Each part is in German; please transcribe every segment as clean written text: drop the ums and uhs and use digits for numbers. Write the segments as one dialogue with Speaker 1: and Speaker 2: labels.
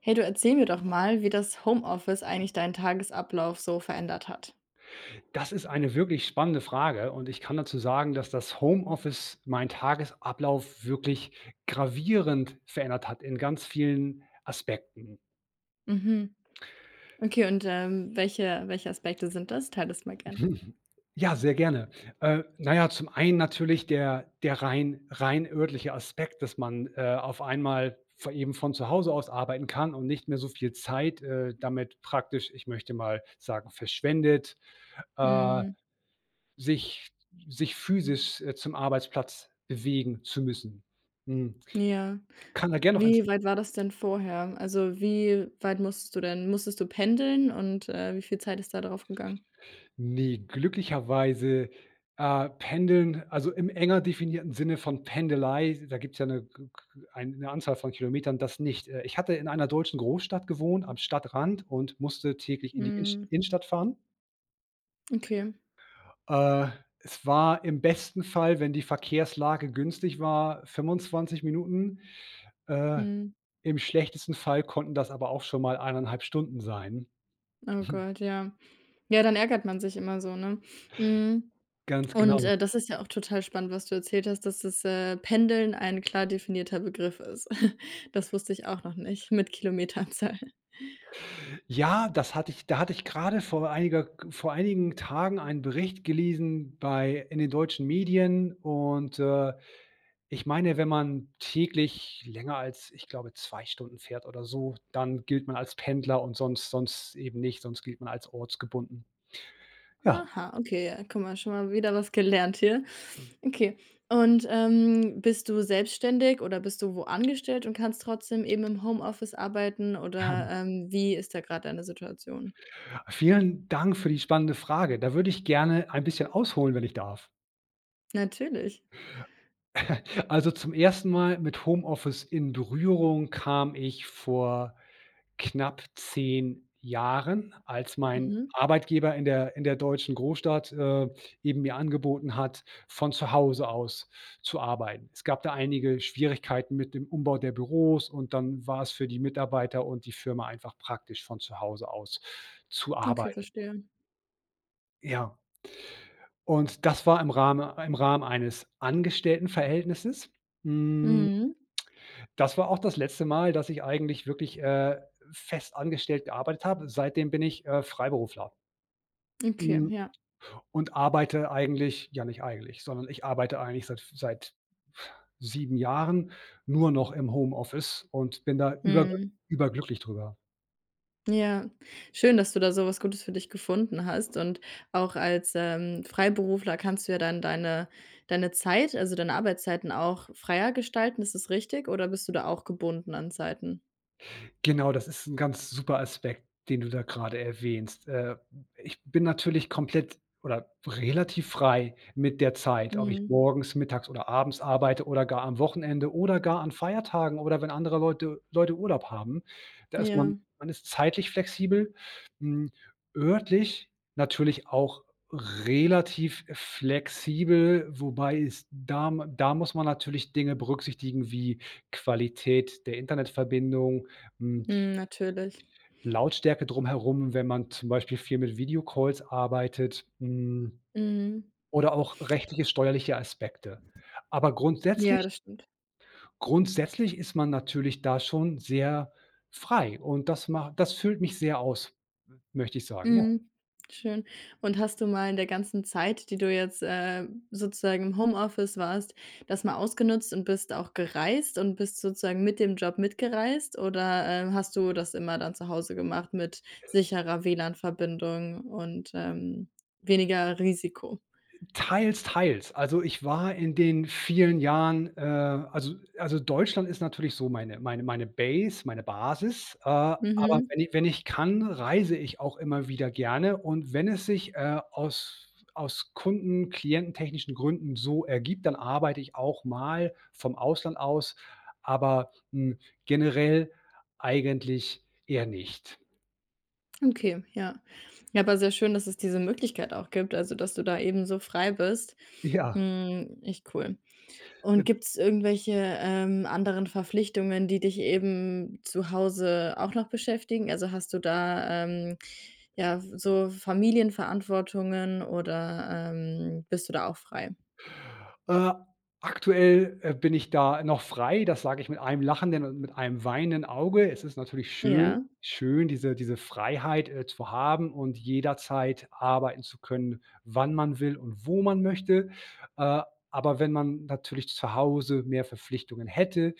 Speaker 1: Hey, du erzähl mir doch mal, wie das Homeoffice eigentlich deinen Tagesablauf so verändert hat.
Speaker 2: Das ist eine wirklich spannende Frage und ich kann dazu sagen, dass das Homeoffice meinen Tagesablauf wirklich gravierend verändert hat in ganz vielen Aspekten.
Speaker 1: Mhm. Okay, und, welche Aspekte sind das? Teile das mal gern.
Speaker 2: Ja, sehr gerne. Na ja, zum einen natürlich der rein örtliche Aspekt, dass man, auf einmal v eben von zu Hause aus arbeiten kann und nicht mehr so viel Zeit, damit praktisch, ich möchte mal sagen, verschwendet, Äh
Speaker 1: Mhm.
Speaker 2: sich sich physisch, zum Arbeitsplatz bewegen zu müssen. Hm,
Speaker 1: Ja.
Speaker 2: kann da gerne noch ins.
Speaker 1: Wie weit war das denn vorher? Also, wie weit musstest du pendeln und, wie viel Zeit ist da drauf gegangen?
Speaker 2: Ne, glücklicherweise, Pendeln, also im enger definierten Sinne von Pendelei, da gibt es ja eine g g ein 'ne Anzahl von Kilometern, das nicht. Ich hatte in einer deutschen Großstadt gewohnt, am Stadtrand und musste täglich in die Innenst
Speaker 1: Mhm.
Speaker 2: Innenstadt fahren.
Speaker 1: Okay.
Speaker 2: Äh, es war im besten Fall, wenn die Verkehrslage günstig war, 25 Minuten. Äh
Speaker 1: Mhm.
Speaker 2: Im schlechtesten Fall konnten das aber auch schon mal 1,5 Stunden sein.
Speaker 1: Oh Gott, ja. Ja, dann ärgert man sich immer so, ne? Mhm.
Speaker 2: Ganz
Speaker 1: Und,
Speaker 2: genau.
Speaker 1: das ist ja auch total spannend, was du erzählt hast, dass das, Pendeln ein klar definierter Begriff ist. Das wusste ich auch noch nicht mit Kilometeranzahl.
Speaker 2: Ja, das hatte ich da hatte ich grade vor einigen Tagen einen Bericht gelesen bei in den deutschen Medien und, ich meine, wenn man täglich länger als, ich glaube, 2 Stunden fährt oder so, dann gilt man als Pendler und sonst eben nicht, sonst gilt man als ortsgebunden. Ja.
Speaker 1: Aha, okay, ja, guck mal, schon mal wieder was gelernt hier. Okay. Und, bist du selbstständig oder bist du wo angestellt und kannst trotzdem eben im Homeoffice arbeiten oder, wie ist da gerade deine Situation?
Speaker 2: Vielen Dank für die spannende Frage. Da würde ich gerne ein bisschen ausholen, wenn ich darf.
Speaker 1: Natürlich.
Speaker 2: Also, zum ersten Mal mit Homeoffice in Berührung kam ich vor knapp 10 Jahren, als mein
Speaker 1: Mhm.
Speaker 2: Arbeitgeber in der deutschen Großstadt, eben mir angeboten hat, von zu Hause aus zu arbeiten. Es gab da einige Schwierigkeiten mit dem Umbau der Büros und dann war es für die Mitarbeiter und die Firma einfach praktisch, von zu Hause aus zu
Speaker 1: Okay,
Speaker 2: arbeiten.
Speaker 1: verstehe.
Speaker 2: Ja, und das war im Rahmen eines Angestelltenverhältnisses. Hm
Speaker 1: Mhm.
Speaker 2: Das war auch das letzte Mal, dass ich eigentlich wirklich, fest angestellt gearbeitet habe. Seitdem bin ich, Freiberufler,
Speaker 1: Okay,
Speaker 2: mhm,
Speaker 1: ja.
Speaker 2: und arbeite eigentlich, ja, nicht eigentlich, sondern ich arbeite eigentlich seit 7 Jahren nur noch im Homeoffice und bin da
Speaker 1: Mhm.
Speaker 2: überglücklich drüber.
Speaker 1: Ja, schön, dass du da so was Gutes für dich gefunden hast und auch als, Freiberufler kannst du ja dann deine deine Zeit, also deine Arbeitszeiten auch freier gestalten. Ist das richtig oder bist du da auch gebunden an Zeiten?
Speaker 2: Genau, das ist 'n ganz super Aspekt, den du da grade erwähnst. Ich bin natürlich komplett oder relativ frei mit der Zeit, ob ich
Speaker 1: Mhm.
Speaker 2: morgens, mittags oder abends arbeite oder gar am Wochenende oder gar an Feiertagen oder wenn andere Leute Urlaub haben. Da ist man
Speaker 1: Ja,
Speaker 2: man ist zeitlich flexibel, hm, örtlich natürlich auch relativ flexibel, wobei es da da muss man natürlich Dinge berücksichtigen wie Qualität der Internetverbindung, hm,
Speaker 1: mhm, natürlich.
Speaker 2: Lautstärke drumherum, wenn man zum Beispiel viel mit Videocalls arbeitet,
Speaker 1: Mhm.
Speaker 2: oder auch rechtliche, steuerliche Aspekte. Aber
Speaker 1: Ja,
Speaker 2: grundsätzlich
Speaker 1: das stimmt.
Speaker 2: grundsätzlich ist man natürlich da schon sehr frei und das füllt mich sehr aus, möchte ich sagen, ja.
Speaker 1: Mhm, schön. Und hast du mal in der ganzen Zeit, die du jetzt, sozusagen im Homeoffice warst, das mal ausgenutzt und bist auch gereist und bist sozusagen mit dem Job mitgereist oder, hast du das immer dann zu Hause gemacht mit sicherer WLAN-Verbindung und, weniger Risiko?
Speaker 2: Teils, teils. Also, ich war in den vielen Jahren, Deutschland ist natürlich so meine Base, meine Basis, aber
Speaker 1: Mhm.
Speaker 2: wenn ich kann, reise ich auch immer wieder gerne und wenn es sich, aus Kunden kliententechnischen Gründen so ergibt, dann arbeite ich auch mal vom Ausland aus, aber, generell eigentlich eher nicht.
Speaker 1: Okay, ja. Ja, aber sehr schön, dass es diese Möglichkeit auch gibt, also, dass du da eben so frei bist.
Speaker 2: Ja.
Speaker 1: Hm, echt cool. Und gibt's irgendwelche, anderen Verpflichtungen, die dich eben zu Hause auch noch beschäftigen? Also, hast du da, ja, so Familienverantwortungen oder, bist du da auch frei?
Speaker 2: Äh, aktuell, bin ich da noch frei, das sage ich mit einem lachenden und mit einem weinenden Auge. Es ist natürlich schön
Speaker 1: Ja,
Speaker 2: schön, diese Freiheit, zu haben und jederzeit arbeiten zu können, wann man will und wo man möchte. Äh, aber wenn man natürlich zu Hause mehr Verpflichtungen hätte,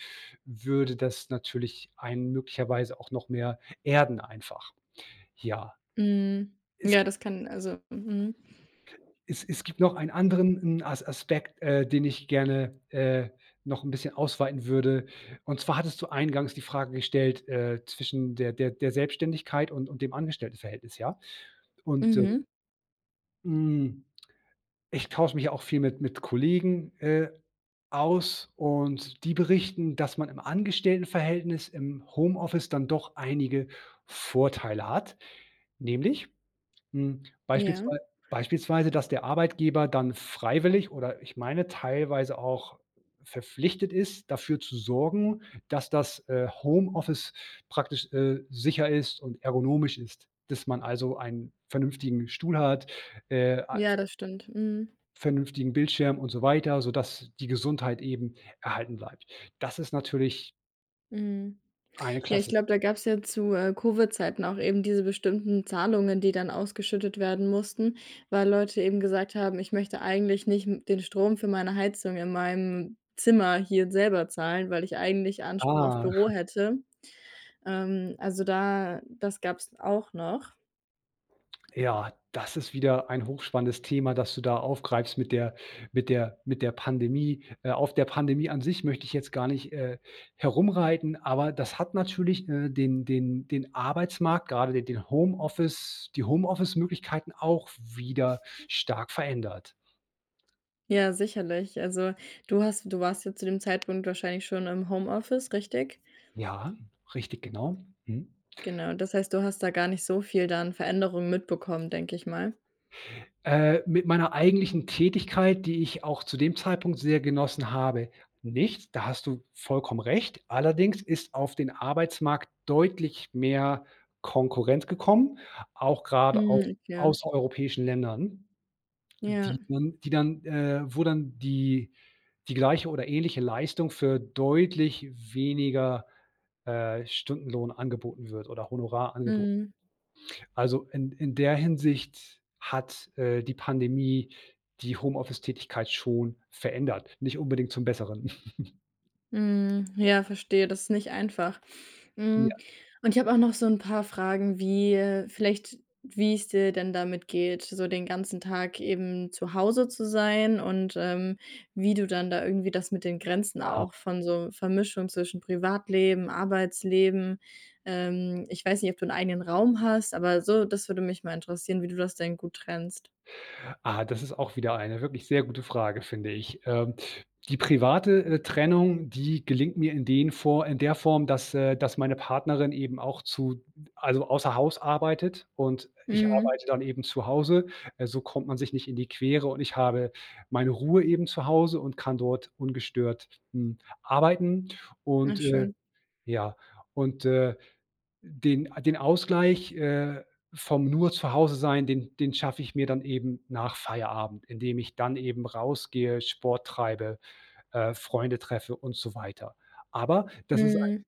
Speaker 2: würde das natürlich einen möglicherweise auch noch mehr erden einfach. Ja.
Speaker 1: mhm.
Speaker 2: Es
Speaker 1: Ja, das kann also mhm.
Speaker 2: es gibt noch einen anderen 'n As Aspekt, den ich gerne, noch ein bisschen ausweiten würde. Und zwar hattest du eingangs die Frage gestellt, zwischen der Selbstständigkeit und dem Angestelltenverhältnis, ja? Und,
Speaker 1: Mhm.
Speaker 2: hm, ich tausche mich ja auch viel mit Kollegen, aus und die berichten, dass man im Angestelltenverhältnis im Homeoffice dann doch einige Vorteile hat, nämlich hm,
Speaker 1: Ja.
Speaker 2: beispielswei beispielsweise, dass der Arbeitgeber dann freiwillig oder ich meine teilweise auch verpflichtet ist, dafür zu sorgen, dass das, Homeoffice praktisch, sicher ist und ergonomisch ist, dass man also einen vernünftigen Stuhl hat, a
Speaker 1: Ja, das stimmt. Mhm.
Speaker 2: vernünftigen Bildschirm und so weiter, sodass die Gesundheit eben erhalten bleibt. Das ist natürlich
Speaker 1: Mhm.
Speaker 2: eine
Speaker 1: Ja, ich
Speaker 2: klasse Sa.
Speaker 1: glaube, da gab's ja zu, Covid-Zeiten auch eben diese bestimmten Zahlungen, die dann ausgeschüttet werden mussten, weil Leute eben gesagt haben: „Ich möchte eigentlich nicht m den Strom für meine Heizung in meinem Zimmer hier selber zahlen, weil ich eigentlich Anspruch auf
Speaker 2: Ah,
Speaker 1: Büro hätte.“ also da das gab's auch noch.
Speaker 2: ja, das ist wieder ein hochspannendes Thema, das du da aufgreifst mit der mit der Pandemie. Auf der Pandemie an sich möchte ich jetzt gar nicht, herumreiten, aber das hat natürlich, den Arbeitsmarkt, gerade den den Homeoffice die Homeoffice-Möglichkeiten auch wieder stark verändert.
Speaker 1: Ja, sicherlich. Also, du warst ja zu dem Zeitpunkt wahrscheinlich schon im Homeoffice, richtig?
Speaker 2: Ja, richtig, genau. Mhm.
Speaker 1: Genau, das heißt, du hast da gar nicht so viel dann Veränderungen mitbekommen, denke ich mal.
Speaker 2: Mit meiner eigentlichen Tätigkeit, die ich auch zu dem Zeitpunkt sehr genossen habe, nicht. Da hast du vollkommen recht. Allerdings ist auf den Arbeitsmarkt deutlich mehr Konkurrenz gekommen, auch gerade aus
Speaker 1: Mhm, okay.
Speaker 2: außereuropäischen Ländern,
Speaker 1: Ja,
Speaker 2: wo dann die gleiche oder ähnliche Leistung für deutlich weniger, Stundenlohn angeboten wird oder Honorar angeboten.
Speaker 1: mhm.
Speaker 2: Also, in der Hinsicht hat, die Pandemie die Homeoffice-Tätigkeit schon verändert, nicht unbedingt zum Besseren.
Speaker 1: Mhm, ja, verstehe, das ist nicht einfach. Hm,
Speaker 2: Ja.
Speaker 1: und ich habe auch noch so ein paar Fragen, wie, vielleicht wie es dir denn damit geht, so den ganzen Tag eben zu Hause zu sein und, wie du dann da irgendwie das mit den Grenzen auch von so Vermischung zwischen Privatleben, Arbeitsleben ich weiß nicht, ob du einen eigenen Raum hast, aber so das würde mich mal interessieren, wie du das denn gut trennst.
Speaker 2: Ah, das ist auch wieder eine wirklich sehr gute Frage, finde ich. Die private, Trennung, die gelingt mir in der Form, dass meine Partnerin eben auch zu also außer Haus arbeitet und ich
Speaker 1: Mhm.
Speaker 2: arbeite dann eben zu Hause. So kommt man sich nicht in die Quere und ich habe meine Ruhe eben zu Hause und kann dort ungestört, arbeiten
Speaker 1: Ja,
Speaker 2: und, äh
Speaker 1: schön.
Speaker 2: ja, und, äh den Ausgleich, vom nur zu Hause sein, den schaffe ich mir dann eben nach Feierabend, indem ich dann eben rausgehe, Sport treibe, Freunde treffe und so weiter. Aber das ist ein
Speaker 1: Mhm.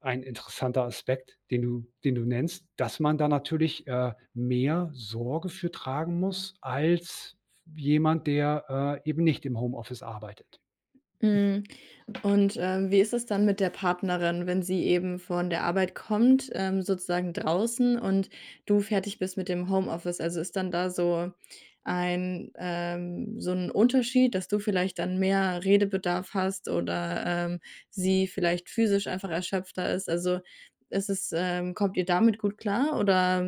Speaker 2: ein interessanter Aspekt, den du nennst, dass man da natürlich, mehr Sorge für tragen muss als jemand, der, eben nicht im Homeoffice arbeitet.
Speaker 1: Mhm. Und, wie ist es dann mit der Partnerin, wenn sie eben von der Arbeit kommt, sozusagen draußen und du fertig bist mit dem Homeoffice? Also, ist dann da so ein Unterschied, dass du vielleicht dann mehr Redebedarf hast oder, sie vielleicht physisch einfach erschöpfter ist? Also, ist es kommt ihr damit gut klar oder,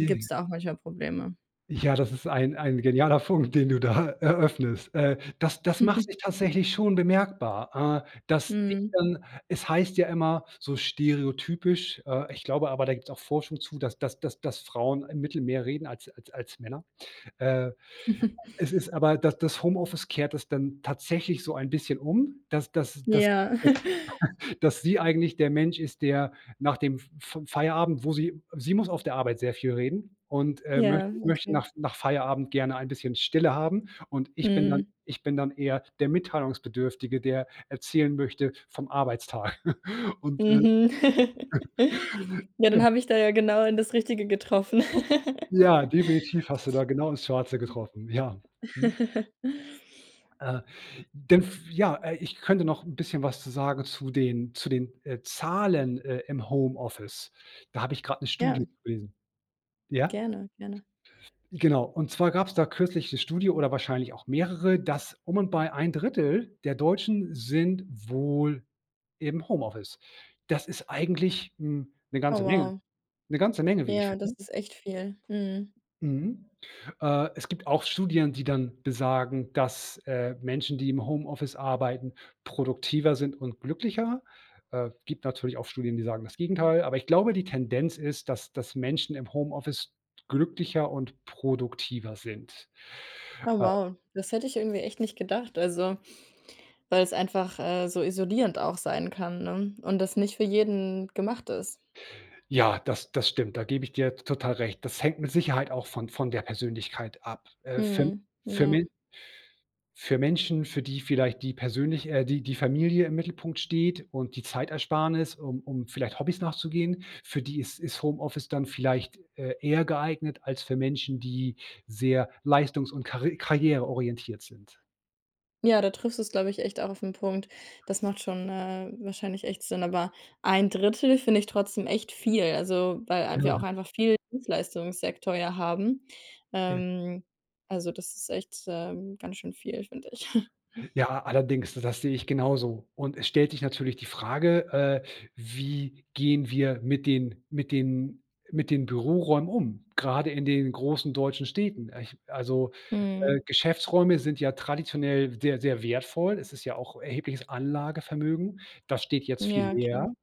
Speaker 1: gibt es da auch manchmal Probleme?
Speaker 2: Ja, das ist ein genialer Punkt, den du da eröffnest. Das macht sich tatsächlich schon bemerkbar, dass ich
Speaker 1: Mhm.
Speaker 2: dann es heißt ja immer so stereotypisch, ich glaube aber, da gibt es auch Forschung zu, dass Frauen im Mittel mehr reden als Männer. Äh, es ist aber dass das Homeoffice kehrt das dann tatsächlich so ein bisschen um, dass dass dass
Speaker 1: Ja.
Speaker 2: dass sie eigentlich der Mensch ist, der nach dem F Feierabend, wo sie muss auf der Arbeit sehr viel reden und, möchte
Speaker 1: Ja,
Speaker 2: möchte nach
Speaker 1: okay.
Speaker 2: nach Feierabend gerne ein bisschen Stille haben und ich bin dann
Speaker 1: Mhm.
Speaker 2: ich bin dann eher der Mitteilungsbedürftige, der erzählen möchte vom Arbeitstag. Und, äh,
Speaker 1: Mhm. Ja,
Speaker 2: ja,
Speaker 1: dann habe ich da ja genau in das Richtige getroffen.
Speaker 2: ja, definitiv hast du da genau ins Schwarze getroffen, ja. Mhm. Äh, denn f ja, ich könnte noch 'n bisschen was zu sagen zu den Zahlen, im Homeoffice. Da habe ich grad 'ne
Speaker 1: Ja,
Speaker 2: Studie zu gelesen. Ja?
Speaker 1: gerne, gerne.
Speaker 2: Genau, und zwar gab es da kürzlich das Studie oder wahrscheinlich auch mehrere, dass um und bei ein Drittel der Deutschen sind wohl im Homeoffice. Das ist eigentlich, 'ne
Speaker 1: Oh
Speaker 2: ganze Menge,
Speaker 1: wow.
Speaker 2: 'ne ganze Menge, wie ich
Speaker 1: Ja, das
Speaker 2: finde.
Speaker 1: ist echt viel. Mhm.
Speaker 2: Mhm. Es gibt auch Studien, die dann besagen, dass, Menschen, die im Homeoffice arbeiten, produktiver sind und glücklicher. Gibt natürlich auch Studien, die sagen das Gegenteil, aber ich glaube, die Tendenz ist, dass Menschen im Homeoffice glücklicher und produktiver sind.
Speaker 1: Oh
Speaker 2: Äh,
Speaker 1: wow, das hätte ich irgendwie echt nicht gedacht. Also, weil es einfach, so isolierend auch sein kann, ne? Und das nicht für jeden gemacht ist.
Speaker 2: Ja, das stimmt, da gebe ich dir total recht. Das hängt mit Sicherheit auch von der Persönlichkeit ab.
Speaker 1: Mhm.
Speaker 2: Für
Speaker 1: Ja.
Speaker 2: Men für Menschen, für die vielleicht die Familie im Mittelpunkt steht und die Zeitersparnis, um vielleicht Hobbys nachzugehen, für die ist Homeoffice dann vielleicht, eher geeignet als für Menschen, die sehr leistungs und karriereorientiert sind.
Speaker 1: Ja, da triffst du es, glaube ich, echt auch auf den Punkt. Das macht schon, wahrscheinlich echt Sinn, aber ein Drittel finde ich trotzdem echt viel, also, weil wir auch einfach viel Dienstleistungssektor ja haben. Ähm, also, das ist echt, ganz schön viel, finde ich.
Speaker 2: Ja, allerdings, das sehe ich genauso. Und es stellt sich natürlich die Frage, wie gehen wir mit den Büroräumen um, gerade in den großen deutschen Städten.
Speaker 1: Mhm.
Speaker 2: Geschäftsräume sind ja traditionell sehr, sehr wertvoll. Es ist ja auch erhebliches Anlagevermögen. Das steht jetzt viel
Speaker 1: Ja, klar.
Speaker 2: leer.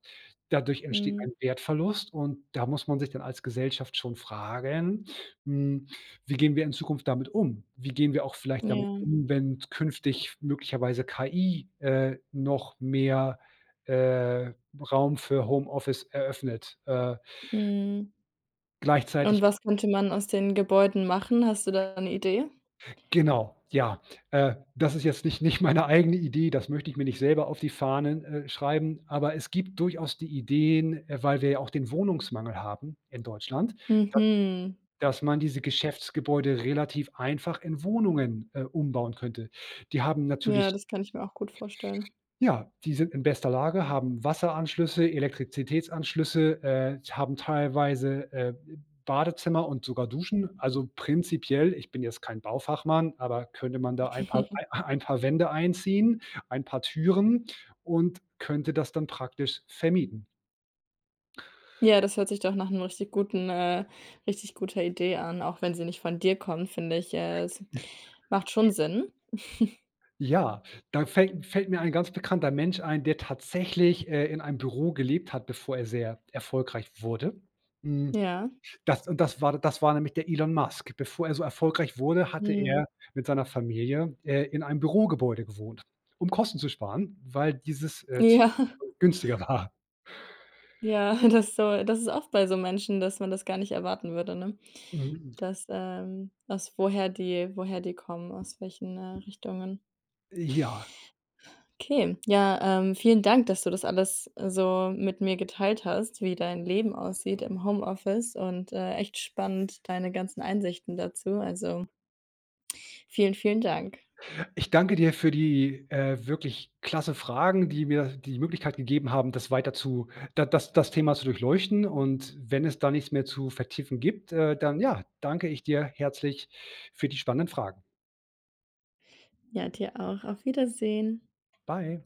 Speaker 2: Dadurch entsteht
Speaker 1: Mhm.
Speaker 2: ein Wertverlust und da muss man sich dann als Gesellschaft schon fragen, hm, wie gehen wir in Zukunft damit um? Wie gehen wir auch vielleicht damit
Speaker 1: Ja.
Speaker 2: um, wenn künftig möglicherweise KI, noch mehr, äh, Raum für Homeoffice eröffnet? Äh,
Speaker 1: Mhm.
Speaker 2: gleichzeitig
Speaker 1: Und was könnte man aus den Gebäuden machen? Hast du da eine Idee?
Speaker 2: genau, ja. Das ist jetzt nicht meine eigene Idee, das möchte ich mir nicht selber auf die Fahnen, schreiben, aber es gibt durchaus die Ideen, weil wir ja auch den Wohnungsmangel haben in Deutschland.
Speaker 1: Mhm.
Speaker 2: Dass man diese Geschäftsgebäude relativ einfach in Wohnungen, umbauen könnte. Die haben
Speaker 1: Ja,
Speaker 2: natürlich,
Speaker 1: das kann ich mir auch gut vorstellen.
Speaker 2: ja, die sind in bester Lage, haben Wasseranschlüsse, Elektrizitätsanschlüsse, haben teilweise, Badezimmer und sogar Duschen. Also, prinzipiell, ich bin jetzt kein Baufachmann, aber könnte man da ein paar Wände einziehen, ein paar Türen und könnte das dann praktisch vermieten.
Speaker 1: Ja, das hört sich doch nach 'nem richtig guten richtig guter Idee an, auch wenn sie nicht von dir kommt, finde ich, es macht schon Sinn.
Speaker 2: Ja, da fällt mir ein ganz bekannter Mensch ein, der tatsächlich, in einem Büro gelebt hat, bevor er sehr erfolgreich wurde. Hm,
Speaker 1: Ja.
Speaker 2: das war nämlich der Elon Musk. Bevor er so erfolgreich wurde, hatte
Speaker 1: Mhm.
Speaker 2: er mit seiner Familie, in einem Bürogebäude gewohnt, um Kosten zu sparen, weil dieses, z
Speaker 1: Ja,
Speaker 2: günstiger war.
Speaker 1: ja, das ist so das ist oft bei so Menschen, dass man das gar nicht erwarten würde, ne?
Speaker 2: Mhm.
Speaker 1: Dass, aus woher die kommen, aus welchen, Richtungen.
Speaker 2: Ja,
Speaker 1: Okay, ja, vielen Dank, dass du das alles so mit mir geteilt hast, wie dein Leben aussieht im Homeoffice und, echt spannend, deine ganzen Einsichten dazu. Also Vielen, vielen Dank.
Speaker 2: ich danke dir für die, wirklich klasse Fragen, die mir die Möglichkeit gegeben haben, das weiter zu da das das Thema zu durchleuchten. Und wenn es da nichts mehr zu vertiefen gibt, dann ja, danke ich dir herzlich für die spannenden Fragen.
Speaker 1: Ja, dir auch. Auf Wiedersehen.
Speaker 2: Bye.